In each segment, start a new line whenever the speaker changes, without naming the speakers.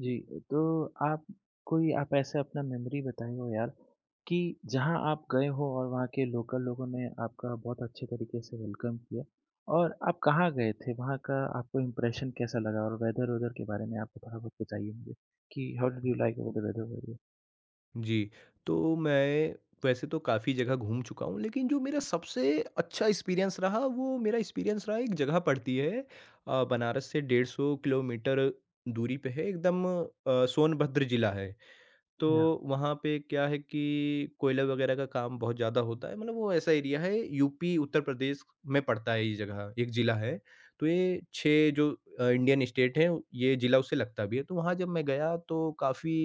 जी, तो आप कोई आप ऐसा अपना मेमोरी बताएँ हो यार कि जहाँ आप गए हो और वहाँ के लोकल लोगों ने आपका बहुत अच्छे तरीके से वेलकम किया और आप कहाँ गए थे? वहाँ का आपको इम्प्रेशन कैसा लगा? और वेदर-वेदर के बारे में आप थोड़ा बहुत बताइए मुझे कि how did you like about the weather where
जी, तो मैं वैसे तो काफ़ी जगह घूम चुका हूँ, लेकिन जो मेरा सबसे अच्छा एक्सपीरियंस रहा, वो मेरा एक्सपीरियंस रहा एक जगह पड़ती है। बनारस से 150 किलोमीटर दूरी पे है एकदम, सोनभद्र ज़िला है। तो
या।
वहाँ पे क्या है कि कोयला वगैरह का काम बहुत ज़्यादा होता है, मतलब वो ऐसा एरिया है। यूपी उत्तर प्रदेश में पड़ता है ये जगह, एक ज़िला है। तो ये 6 जो इंडियन स्टेट हैं, ये ज़िला उससे लगता भी है। तो वहाँ जब मैं गया तो काफ़ी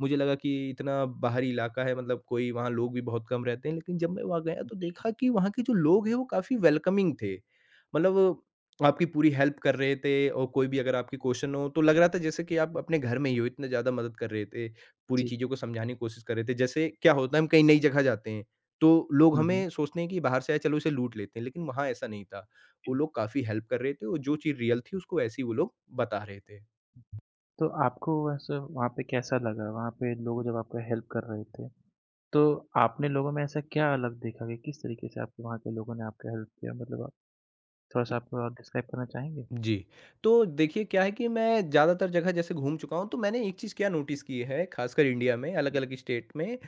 मुझे लगा कि इतना बाहरी इलाका है, मतलब कोई वहाँ लोग भी बहुत कम रहते हैं। लेकिन जब मैं वहाँ गया तो देखा कि वहाँ के जो लोग हैं वो काफ़ी वेलकमिंग थे। मतलब आपकी पूरी हेल्प कर रहे थे, और कोई भी अगर आपकी क्वेश्चन हो तो लग रहा था जैसे कि आप अपने घर में ही हो, इतना ज़्यादा मदद कर रहे थे, पूरी
जी।
चीज़ों को समझाने की कोशिश कर रहे थे। जैसे क्या होता है, हम कहीं नई जगह जाते हैं, तो लोग
हुँ, हुँ,
हमें सोचते हैं कि बाहर से आए, चलो इसे लूट लेते हैं, लेकिन वहाँ ऐसा नहीं था। वो
जी।
लोग काफ़ी हेल्प कर रहे थे, और जो चीज़ रियल थी उसको ऐसे ही वो लोग बता रहे थे।
तो आपको वैसे वहाँ पे कैसा लगा? वहाँ पे लोग जब आपका हेल्प कर रहे थे, तो आपने लोगों में ऐसा क्या अलग देखा कि किस तरीके से आपके वहाँ के लोगों ने आपका हेल्प किया? मतलब थोड़ा-सा आप और डिस्क्राइब करना चाहेंगे?
जी। तो देखिए क्या है कि मैं ज़्यादातर जगह जैसे घूम चुका हूँ, तो मैंने एक चीज़ क्या नोटिस की है, खासकर इंडिया में अलग-अलग स्टेट में,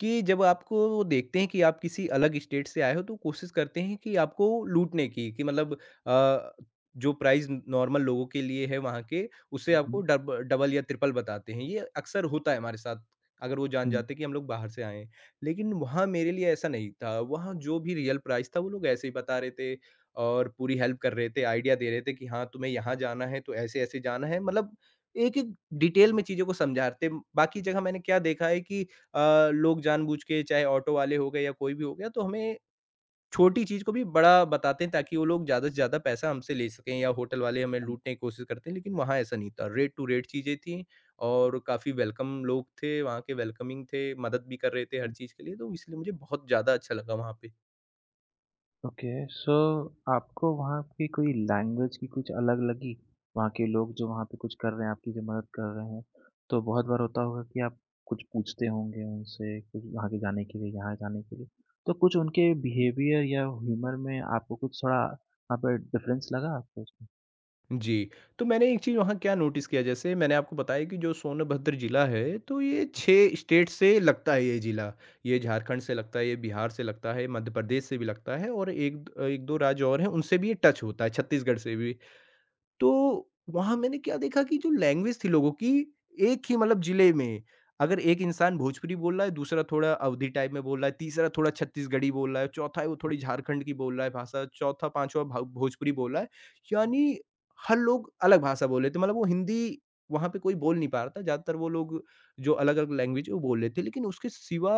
कि जब आपको वो देखते हैं कि आप किसी अलग स्टेट से आए हो तो कोशिश करते हैं कि आपको लूटने की, कि मतलब अ, जो प्राइस नॉर्मल लोगों के लिए है वहाँ के, उससे
हुँ,
आपको
हुँ।
डब डबल या ट्रिपल बताते हैं। ये अक्सर होता है हमारे साथ, अगर वो जान
हुँ,
जाते हैं कि हम लोग बाहर से आए हैं। लेकिन वहाँ मेरे लिए ऐसा नहीं था, वहाँ जो भी रियल प्राइस था वो लोग ऐसे ही बता रहे थे। और पूरी हेल्प कर रहे थे, आइडिया दे रहे थे कि हाँ, तुम्हें यहाँ जाना है तो ऐसे-ऐसे जाना है। मतलब एक-एक डिटेल में चीज़ों को समझाते। बाकी जगह मैंने क्या देखा है कि लोग जानबूझ के, चाहे ऑटो वाले हो गए या कोई भी हो गया, तो हमें छोटी चीज़ को भी बड़ा बताते हैं ताकि वो लोग ज़्यादा से ज़्यादा पैसा हमसे ले सकें, या होटल वाले हमें
हुँ,
लूटने की कोशिश करते हैं, लेकिन वहाँ ऐसा नहीं था। रेट टू रेट चीज़ें थी, और काफ़ी वेलकम लोग थे, वहाँ के वेलकमिंग थे, मदद भी कर रहे थे हर
हुँ।
चीज़ के लिए, तो इसलिए मुझे बहुत ज़्यादा अच्छा लगा वहाँ पे।
ओके, सो आपको वहाँ की कोई लैंग्वेज की कुछ अलग लगी? वहाँ के लोग जो वहाँ पे कुछ कर रहे हैं, आपकी जो मदद कर रहे हैं, तो बहुत बार होता होगा कि आप कुछ पूछते होंगे उनसे, कुछ वहाँ के जाने के लिए, यहाँ जाने के लिए। तो कुछ उनके बिहेवियर या ह्यूमर में आपको कुछ थोड़ा वहाँ पे डिफरेंस लगा आपको उसमें?
जी, तो मैंने एक चीज़ वहाँ क्या नोटिस किया, जैसे मैंने आपको बताया कि जो सोनभद्र ज़िला है तो ये 6 स्टेट से लगता है ये ज़िला। ये झारखंड से लगता है, ये बिहार से लगता है, मध्य प्रदेश से भी लगता है, और एक द 1-2 राज्य और हैं उनसे भी ये टच होता है, छत्तीसगढ़ से भी। तो वहाँ मैंने क्या देखा कि जो लैंग्वेज थी लोगों की, एक ही मतलब ज़िले में, अगर एक इंसान भोजपुरी बोल रहा है, दूसरा थोड़ा अवधी टाइप में बोल रहा है, तीसरा थोड़ा छत्तीसगढ़ी बोल रहा है, चौथा है वो थोड़ी झारखंड की बोल रहा है भाषा, चौथा, पाँचवाँ भा भोजपुरी बोल रहा है। यानी हर लोग अलग भाषा बोल रहे थे, मतलब वो हिंदी वहाँ पे कोई बोल नहीं पा रहा था, ज़्यादातर वो लोग जो अलग-अलग लैंग्वेज है वो बोल रहे थे। लेकिन उसके सिवा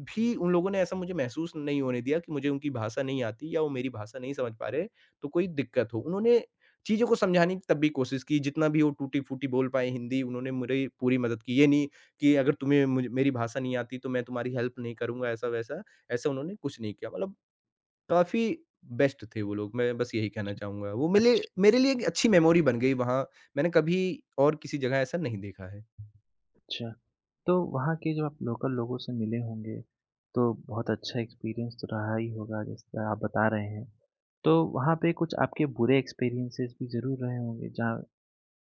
भी उन लोगों ने ऐसा मुझे महसूस नहीं होने दिया कि मुझे उनकी भाषा नहीं आती या वो मेरी भाषा नहीं समझ पा रहे, तो कोई दिक्कत हो। उन्होंने चीज़ों को समझाने की तब भी कोशिश की, जितना भी वो टूटी-फूटी बोल पाए हिंदी, उन्होंने मेरी पूरी मदद की। ये नहीं कि अगर तुम्हें मुझ मेरी भाषा नहीं आती तो मैं तुम्हारी हेल्प नहीं करूँगा ऐसा-वैसा, ऐसा उन्होंने कुछ नहीं किया। मतलब काफ़ी बेस्ट थे वो लोग, मैं बस यही कहना चाहूँगा। वो मेले
अच्छा,
मेरे लिए एक अच्छी मेमोरी बन गई वहाँ, मैंने कभी और किसी जगह ऐसा नहीं देखा है।
अच्छा। तो वहाँ के जो आप लोकल लोगों से मिले होंगे, तो बहुत अच्छा एक्सपीरियंस तो रहा ही होगा, जैसे आप बता रहे हैं। तो वहाँ पे कुछ आपके बुरे एक्सपीरियंसेस भी ज़रूर रहे होंगे, जहाँ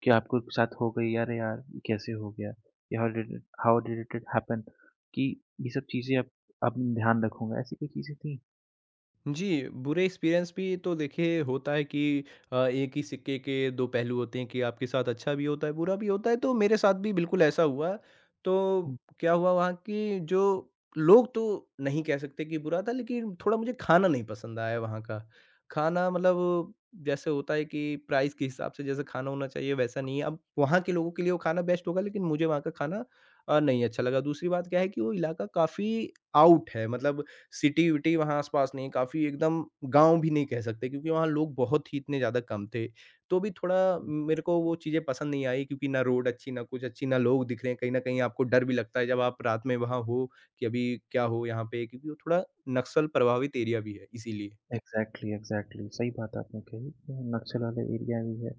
कि आपको एक साथ हो गई, "अरे यार! ये कैसे हो गया? या how did it it happen?" कि ये सब चीज़ें अब ध्यान रखूँगा, ऐसी कोई चीज़ें थी?
जी, बुरे एक्सपीरियंस भी तो देखिए होता है कि एक ही सिक्के के 2 पहलू होते हैं, कि आपके साथ अच्छा भी होता है, बुरा भी होता है, तो मेरे साथ भी बिल्कुल ऐसा हुआ।
हुँ,
तो क्या हुआ वहाँ कि जो लोग तो नहीं कह सकते कि बुरा था, लेकिन थोड़ा मुझे खाना नहीं पसंद आया वहाँ का। खाना मतलब जैसे होता है कि प्राइस के हिसाब से जैसा खाना होना चाहिए वैसा नहीं है। अब वहाँ के लोगों के लिए वो खाना बेस्ट होगा, लेकिन मुझे वहाँ का खाना नहीं अच्छा लगा। दूसरी बात क्या है कि वो इलाका काफ़ी आउट है, मतलब सिटी-विटी वहाँ आस-पास नहीं, काफ़ी एकदम गाँव भी नहीं कह सकते क्योंकि वहाँ लोग बहुत ही इतने ज़्यादा कम थे। तो भी थोड़ा
हुँ।
मेरे को वो चीज़ें पसंद नहीं आई, क्योंकि ना रोड अच्छी, ना कुछ अच्छी, ना लोग दिख रहे हैं। कहीं न कहीं आपको डर भी लगता है जब आप रात में वहाँ हो कि अभी क्या हो यहाँ पे? क्योंकि वो थोड़ा नक्सल प्रभावित एरिया भी है, इसीलिए।
एग्ज़ैक्टली, एग्ज़ैक्टली, सही बात आपने कही कि नक्सल वाले एरिया भी है।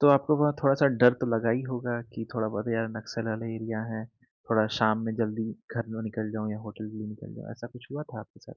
तो आपको वहाँ थोड़ा-सा डर तो लगा ही होगा कि थोड़ा बहुत यार नक्सल वाले एरिया है, थोड़ा शाम में जल्दी घर ना निकल जाऊँ या होटल के लिए निकल जाऊँ, ऐसा कुछ हुआ था आपके साथ?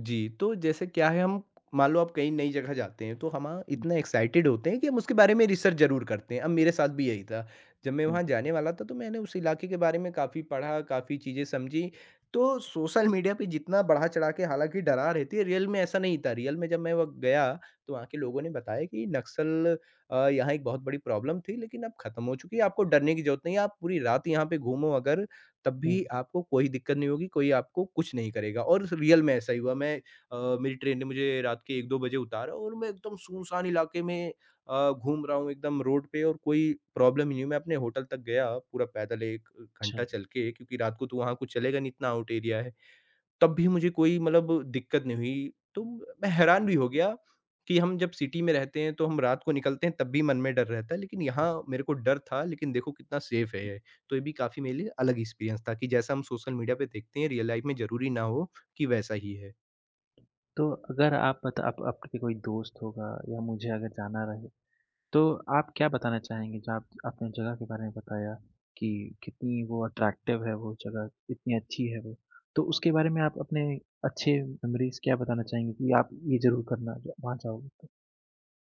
जी, तो जैसे क्या है, हम मान लो आप कहीं नई जगह जाते हैं तो हम
हुँ,
इतना एक्साइटेड होते हैं कि हम उसके बारे में रिसर्च ज़रूर करते हैं। अब मेरे साथ भी यही था। जब मैं
हुँ,
वहाँ जाने वाला था तो मैंने उस इलाके के बारे में काफ़ी पढ़ा, काफ़ी चीज़ें समझी। तो सोशल मीडिया पे जितना बढ़ा-चढ़ा के हालाँकि डरा रहती है, रियल में ऐसा नहीं था। रियल में जब मैं वहाँ गया तो वहाँ के लोगों ने बताया कि नक्सल यहाँ एक बहुत बड़ी प्रॉब्लम थी, लेकिन अब ख़त्म हो चुकी है। आपको डरने की ज़रूरत नहीं है, आप पूरी रात यहाँ पे घूमो अगर, तब
हुँ,
भी आपको कोई दिक्कत नहीं होगी, कोई आपको कुछ नहीं करेगा, और रियल में ऐसा ही हुआ। मेरी ट्रेन ने मुझे रात के 1-2 बजे उतारा, और मैं एकदम सुनसान इलाके में घूम रहा हूँ एकदम रोड पे और कोई प्रॉब्लम ही नहीं। मैं अपने होटल तक गया पूरा पैदल 1 घंटा
अच्छा।
चल के, क्योंकि रात को तो वहाँ कुछ चलेगा नहीं, इतना आउट एरिया है। तब भी मुझे कोई मतलब दिक्कत नहीं हुई। तो मैं हैरान भी हो गया कि हम जब सिटी में रहते हैं, तो हम रात को निकलते हैं, तब भी मन में डर रहता है, लेकिन यहाँ मेरे को डर था, लेकिन देखो कितना सेफ है ये। तो ये भी काफ़ी मेरे लिए अलग एक्सपीरियंस था कि जैसा हम सोशल मीडिया पे देखते हैं, रियल लाइफ में ज़रूरी ना हो कि वैसा ही है।
तो अगर आप बता आप आपके कोई दोस्त होगा या मुझे अगर जाना रहे, तो आप क्या बताना चाहेंगे जो आप आपने जगह के बारे में बताया कि कितनी वो अट्रैक्टिव है वो जगह, कितनी अच्छी है वो। तो उसके बारे में आप अपने अच्छे मेमोरीज़ क्या बताना चाहेंगे कि आप ये ज़रूर करना ज वहाँ जाओगे तो?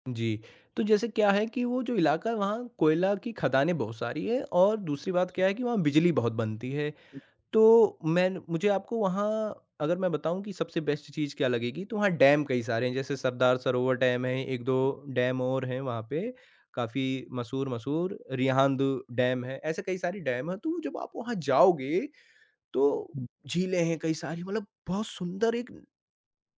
जी, तो जैसे क्या है कि वो जो इलाका है, वहाँ कोयला की खदानें बहुत सारी हैं, और दूसरी बात क्या है कि वहाँ बिजली बहुत बनती है। तो मैं मुझे आपको वहाँ अगर मैं बताऊँ कि सबसे बेस्ट चीज़ क्या लगेगी, तो वहाँ डैम कई सारे हैं। जैसे सरदार सरोवर डैम है, 1-2 डैम और हैं वहाँ पे, काफ़ी मशहूर-मशहूर रिहांद डैम है, ऐसे कई सारी डैम हैं। तो जब आप वहाँ जाओगे तो
हुँ,
झीलें हैं कई सारी, मतलब बहुत सुंदर एक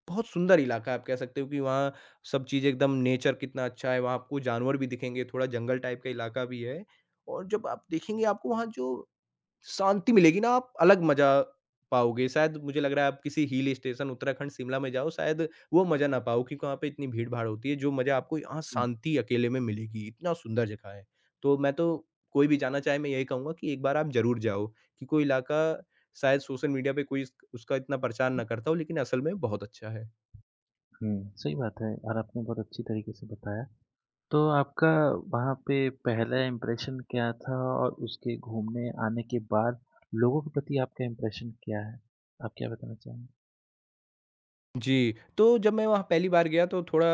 बहुत सुंदर इलाका है, आप कह सकते हो कि वहाँ सब चीज़ एकदम नेचर कितना अच्छा है, वहाँ आपको जानवर भी दिखेंगे, थोड़ा जंगल टाइप का इलाका भी है। और जब आप देखेंगे आपको वहाँ जो शांति मिलेगी ना, आप अलग मज़ा पाओगे। शायद मुझे लग रहा है आप किसी हिल स्टेशन उत्तराखंड, शिमला में जाओ, शायद वो मज़ा ना पाओ, क्योंकि वहाँ पे इतनी भीड़-भाड़ होती है, जो मज़ा आपको यहाँ
हुँ, हुँ,
शांति अकेले में मिलेगी। इतना सुंदर जगह है। तो मैं तो, कोई भी जाना चाहे मैं यही कहूँगा कि एक बार आप ज़रूर जाओ, कि कोई इलाका शायद सोशल मीडिया पे कोई इस उसका इतना प्रचार ना करता हो, लेकिन असल में बहुत अच्छा है।
हुँ, सही बात है और आपने बहुत अच्छी तरीके से बताया। तो आपका वहाँ पे पहला इम्प्रेशन क्या था और उसके घूमने आने के बाद लोगों के प्रति आपका इम्प्रेशन क्या है? आप क्या बताना चाहेंगे?
जी, तो जब मैं वहाँ पहली बार गया तो थोड़ा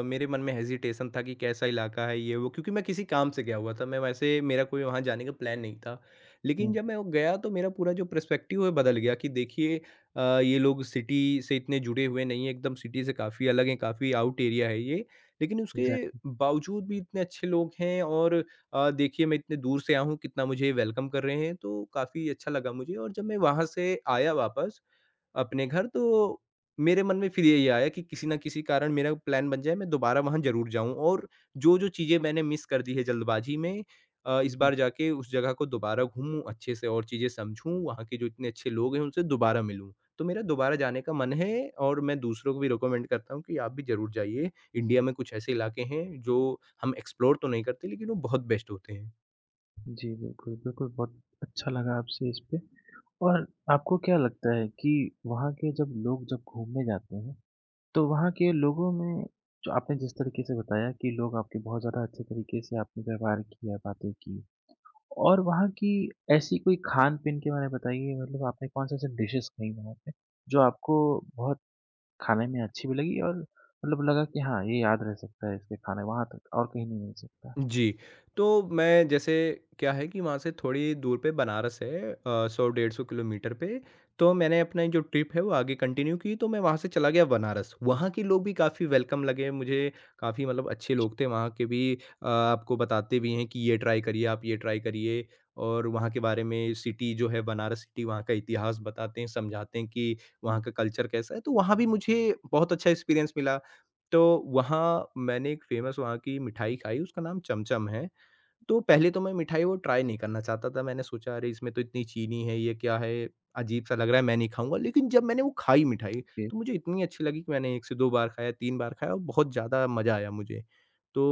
मेरे मन में हेज़िटेशन था कि कैसा इलाका है ये वो, क्योंकि मैं किसी काम से गया हुआ था। मैं वैसे मेरा कोई वहाँ जाने का प्लान नहीं था। लेकिन
हुँ,
जब मैं वो गया तो मेरा पूरा जो पर्सपेक्टिव है बदल गया। कि देखिए, ये लोग सिटी से इतने जुड़े हुए नहीं हैं, एकदम सिटी से काफ़ी अलग हैं, काफ़ी आउट एरिया है ये। लेकिन उसके
एग्ज़ैक्टली।
बावजूद भी इतने अच्छे लोग हैं, और देखिए मैं इतने दूर से आया हूँ, कितना मुझे वेलकम कर रहे हैं, तो काफ़ी अच्छा लगा मुझे। और जब मैं वहाँ से आया वापस अपने घर, तो मेरे मन में फिर यही आया कि किसी न किसी कारण मेरा प्लान बन जाए, मैं दोबारा वहाँ ज़रूर जाऊँ, और जो-जो चीज़ें मैंने मिस कर दी है जल्दबाज़ी में, इस
हुँ,
बार जाके उस जगह को दोबारा घूमूँ, अच्छे से और चीज़ें समझूँ, वहाँ के जो इतने अच्छे लोग हैं उनसे दोबारा मिलूँ। तो मेरा दोबारा जाने का मन है, और मैं दूसरों को भी रिकमेंड करता हूँ कि आप भी ज़रूर जाइए। इंडिया में कुछ ऐसे इलाके हैं जो हम एक्सप्लोर तो नहीं करते लेकिन वो बहुत बेस्ट होते हैं।
जी, बिल्कुल, बिल्कुल, बहुत अच्छा लगा आपसे इस पे और आपको क्या लगता है कि वहाँ के जब लोग जब घूमने जाते हैं, तो वहाँ के लोगों में जो आपने जिस तरीके से बताया कि लोग आपके बहुत ज़्यादा अच्छे तरीके से आपने व्यवहार किया, बातें की। और वहाँ की ऐसी कोई खान-पीन के बारे में बताइए मतलब आपने कौन-से ऐसे डिशेज़ खाई वहाँ पे, जो आपको बहुत खाने में अच्छी भी लगी और मतलब लगा कि हाँ, ये याद रह सकता है इसके खाने वहाँ तक और कहीं नहीं मिल सकता?
जी, तो मैं जैसे क्या है कि वहाँ से थोड़ी दूर पे बनारस है 100-150 किलोमीटर पे, तो मैंने अपनी जो ट्रिप है वो आगे कंटिन्यू की तो मैं वहाँ से चला गया बनारस। वहाँ के लोग भी काफ़ी वेलकम लगे मुझे, काफ़ी मतलब अच्छे लोग थे वहाँ के भी। आपको बताते भी हैं कि ये ट्राई करिए, आप ये ट्राई करिए और वहाँ के बारे में सिटी जो है बनारस सिटी वहाँ का इतिहास बताते हैं, समझाते हैं कि
हुँ,
वहाँ का कल्चर कैसा है, तो वहाँ भी मुझे बहुत अच्छा एक्सपीरियंस मिला। तो वहाँ मैंने एक फ़ेमस वहाँ की मिठाई खाई उसका नाम चमचम है। तो पहले तो मैं मिठाई वो ट्राई नहीं करना चाहता था, मैंने सोचा अरे इसमें तो इतनी चीनी है, ये क्या है? अजीब-सा लग रहा है, मैं नहीं खाऊँगा। लेकिन जब मैंने वो खाई मिठाई,
ओके।
तो मुझे इतनी अच्छी लगी कि मैंने 1 से 2 बार खाया, 3 बार खाया और बहुत ज़्यादा मज़ा आया मुझे। तो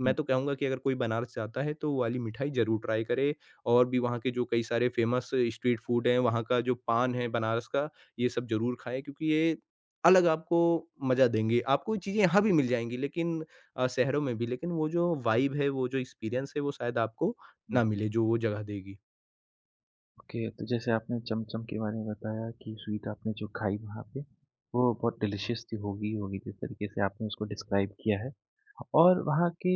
मैं
हुँ,
तो कहूँगा कि अगर कोई बनारस जाता है तो वो वाली मिठाई ज़रूर ट्राई करे और भी वहाँ के जो कई सारे फ़ेमस स्ट्रीट फ़ूड हैं, वहाँ का जो पान है बनारस का, ये सब ज़रूर खाएँ क्योंकि ये अलग आपको मज़ा देंगे। आपको ये चीज़ें यहाँ भी मिल जाएँगी लेकिन शहरों में भी, लेकिन वो जो वाइब है, वो जो एक्सपीरियंस है, वो शायद आपको
हुँ।
ना मिले जो वो जगह देगी।
ओके, तो जैसे आपने चमचम के बारे में बताया कि स्वीट आपने जो खाई वहाँ पे, वो बहुत डिलीशियस थी होगी ही होगी जिस तरीके से आपने उसको डिस्क्राइब किया है। और वहाँ के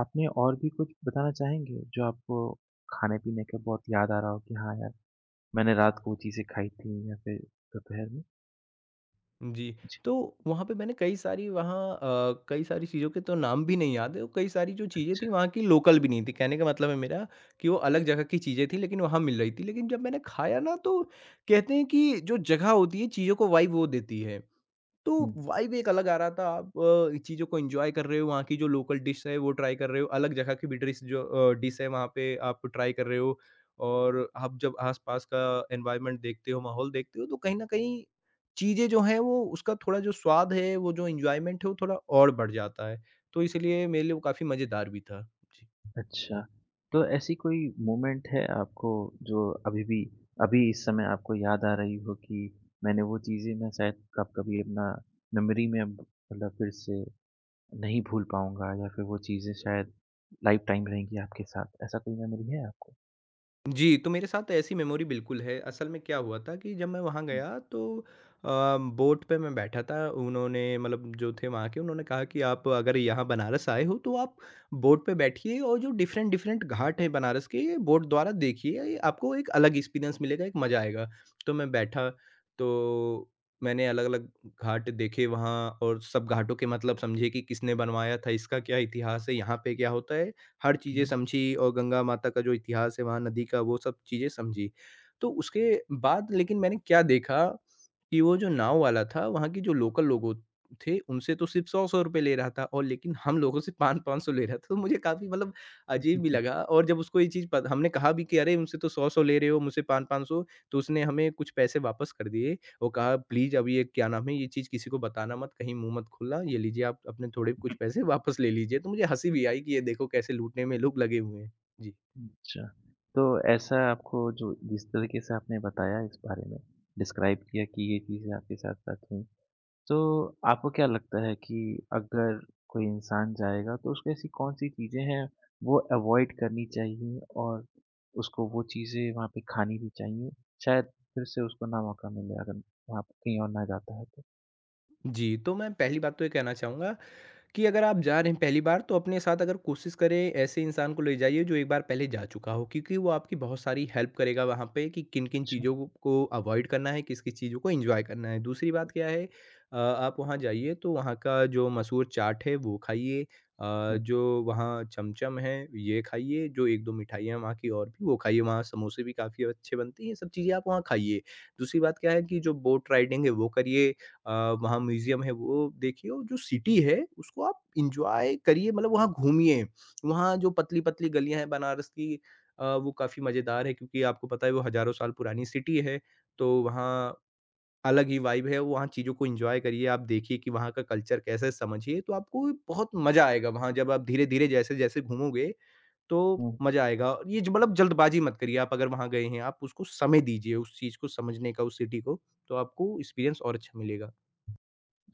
आपने और भी कुछ बताना चाहेंगे, जो आपको खाने-पीने का बहुत याद आ रहा हो कि हाँ यार मैंने रात को वो चीज़ें खाई थी या फिर दोपहर में?
जी,
जी।
तो वहाँ पे मैंने कई सारी वहाँ कई सारी चीज़ों के तो नाम भी नहीं याद है और कई सारी जो चीज़ें थी वहाँ की लोकल भी नहीं थी। कहने का मतलब है मेरा कि वो अलग जगह की चीज़ें थी लेकिन वहाँ मिल रही थी। लेकिन जब मैंने खाया ना, तो कहते हैं कि जो जगह होती है चीज़ों को वाइब वो देती है। तो
हुँ,
वाइब एक अलग आ रहा था। आप चीज़ों को एन्जॉय कर रहे हो, वहाँ की जो लोकल डिश है वो ट्राई कर रहे हो, अलग जगह की भी डिश जो डिश है वहाँ पे आप ट्राई कर रहे हो और आप जब आस-पास का एनवायरनमेंट देखते हो, माहौल देखते हो, तो कहीं न कहीं चीज़ें जो हैं वो उसका थोड़ा जो स्वाद है, वो जो एन्जॉयमेंट है वो थोड़ा और बढ़ जाता है। तो इसलिए मेरे लिए वो काफ़ी मज़ेदार भी था। जी।
अच्छा। तो ऐसी कोई मोमेंट है आपको जो अभी इस समय आपको याद आ रही हो कि मैंने वो चीज़ें मैं शायद कब कभी अपना मेमोरी में अब मतलब फिर से नहीं भूल पाऊँगा या फिर वो चीज़ें शायद लाइफ़ टाइम रहेंगी आपके साथ, ऐसा कोई मेमोरी है आपको?
जी, तो मेरे साथ ऐसी मेमोरी बिल्कुल है। असल में क्या हुआ था कि जब मैं वहाँ गया तो अ, बोट पे मैं बैठा था। उन्होंने मतलब जो थे वहाँ के उन्होंने कहा कि आप अगर यहाँ बनारस आए हो तो आप बोट पे बैठिए और जो डिफरेंट-डिफरेंट घाट हैं बनारस के ये बोट द्वारा देखिए। ये आपको एक अलग एक्सपीरियंस मिलेगा, एक मज़ा आएगा। तो मैं बैठा, तो मैंने अलग-अलग घाट देखे वहाँ और सब घाटों के मतलब समझे कि किसने बनवाया था, इसका क्या इतिहास है, यहाँ पे क्या होता है। हर
ओके।
चीज़ें समझी और गंगा माता का जो इतिहास है, वहाँ नदी का वो सब चीज़ें समझी। तो उसके बाद लेकिन मैंने क्या देखा कि वो जो नाव वाला था, वहाँ के जो लोकल लोगों थे, उनसे तो सिर्फ़ 100-100 रुपए ले रहा था और लेकिन हम लोगों से 5-500 ले रहा था। तो मुझे काफ़ी मतलब अजीब भी लगा और जब उसको ये चीज़ पत हमने कहा भी कि, "अरे! उनसे तो 100-100 ले रहे हो, मुझसे 5-500", तो उसने हमें कुछ पैसे वापस कर दिए। वो कहा, "प्लीज़ अब ये क्या नाम है, ये चीज़ किसी को बताना मत, कहीं मुँह मत खोलना, ये लीजिए आप अपने थोड़े कुछ पैसे वापस ले लीजिए।" तो मुझे हँसी भी आई कि ये देखो कैसे लूटने में लोग लगे हुए हैं। जी।
अच्छा, तो ऐसा आपको जो जिस तरीके से आपने बताया इस बारे में, डिस्क्राइब किया कि ये चीज़ें आपके साथ-साथ हुई, तो आपको क्या लगता है कि अगर कोई इंसान जाएगा तो उसको ऐसी कौन-सी चीज़ें हैं वो अवॉइड करनी चाहिए और उसको वो चीज़ें वहाँ पे खानी भी चाहिए? शायद फिर से उसको ना मौका मिले अगर वहाँ पे कहीं और ना जाता है तो।
जी, तो मैं पहली बात तो ये कहना चाहूँगा कि अगर आप जा रहे हैं पहली बार, तो अपने साथ अगर कोशिश करें ऐसे इंसान को ले जाइए जो एक बार पहले जा चुका हो क्योंकि वो आपकी बहुत सारी हेल्प करेगा वहाँ पे कि किन किन
अच्छा।
चीज़ों को अवॉइड करना है, किस किस चीज़ों को एंजॉय करना है। दूसरी बात क्या है, आप वहाँ जाइए तो वहाँ का जो मशहूर चाट है वो खाइए।
हुँ,
जो वहाँ चमचम है ये खाइए, जो एक दो मिठाइयाँ वहाँ की और भी वो खाइए, वहाँ समोसे भी काफ़ी अच्छे बनते हैं, ये सब चीज़ें आप वहाँ खाइए। दूसरी बात क्या है कि जो बोट राइडिंग है वो करिए। अ, वहाँ म्यूज़ियम है वो देखिए और जो सिटी है उसको आप एन्जॉय करिए, मतलब वहाँ घूमिए। वहाँ जो पतली-पतली गलियाँ हैं बनारस की, वो काफ़ी मज़ेदार है क्योंकि आपको पता है वो हज़ारों साल पुरानी सिटी है, तो वहाँ अलग ही वाइब है, वहाँ चीज़ों को एन्जॉय करिए। आप देखिए कि वहाँ का कल्चर कैसा है, समझिए, तो आपको बहुत मज़ा आएगा वहाँ जब आप धीरे-धीरे जैसे-जैसे घूमोगे तो
हुँ।
मज़ा आएगा। और ये ज मतलब जल्दबाज़ी मत करिए, आप अगर वहाँ गए हैं, आप उसको समय दीजिए उस चीज़ को समझने का, उस सिटी को, तो आपको एक्सपीरियंस और अच्छा मिलेगा।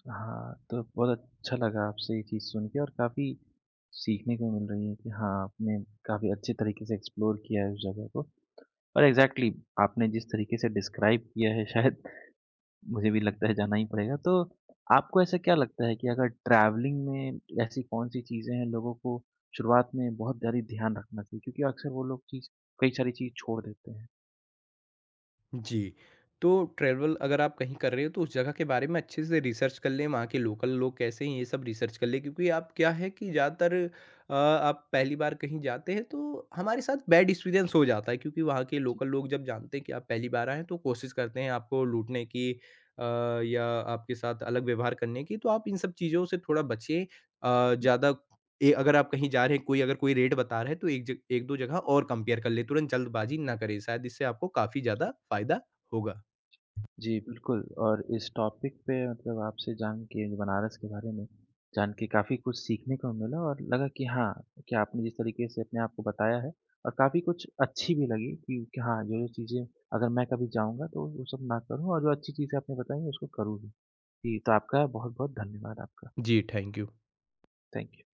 हाँ, तो बहुत अच्छा लगा आपसे ये चीज़ सुन के और काफ़ी सीखने को मिल रही है कि हाँ, आपने काफ़ी अच्छे तरीके से एक्सप्लोर किया है उस जगह को और एग्ज़ैक्टली आपने जिस तरीके से डिस्क्राइब किया है शायद मुझे भी लगता है जाना ही पड़ेगा। तो आपको ऐसा क्या लगता है कि अगर ट्रैवलिंग में ऐसी कौन-सी चीज़ें हैं लोगों को शुरुआत में बहुत ज़्यादा ध्यान रखना चाहिए? क्योंकि अक्सर वो लोग चीज़ कई सारी चीज़ छोड़ देते हैं।
जी। तो ट्रैवल अगर आप कहीं कर रहे हो तो उस जगह के बारे में अच्छे से रिसर्च कर लें, वहाँ के लोकल लोग कैसे हैं ये सब रिसर्च कर लें क्योंकि आप क्या है कि ज़्यादातर आप पहली बार कहीं जाते हैं तो हमारे साथ बैड एक्सपीरियंस हो जाता है क्योंकि वहाँ के
जी।
लोकल लोग जब जानते हैं कि आप पहली बार आए हैं तो कोशिश करते हैं आपको लूटने की अ, या आपके साथ अलग व्यवहार करने की। तो आप इन सब चीज़ों से थोड़ा बचें। अ,
जी।
ज़्यादा ए अगर आप कहीं जा रहे हैं, कोई अगर कोई रेट बता रहा है तो एक जग 1-2 जगह और कंपेयर कर लें, तुरंत जल्दबाजी ना करें, शायद इससे आपको काफ़ी ज़्यादा फ़ायदा होगा।
जी, बिल्कुल और इस टॉपिक पे मतलब आपसे जान के बनारस के बारे में जान के काफ़ी कुछ सीखने को मिला और लगा कि हाँ, कि आपने जिस तरीके से अपने आप को बताया है और काफ़ी कुछ अच्छी भी लगी कि हाँ, जो-जो चीज़ें अगर मैं कभी जाऊँगा तो वो सब ना करूँ और जो अच्छी चीज़ें आपने बताई हैं उसको करूँ भी। जी, तो आपका बहुत-बहुत धन्यवाद आपका।
जी, थैंक यू।
Thank you.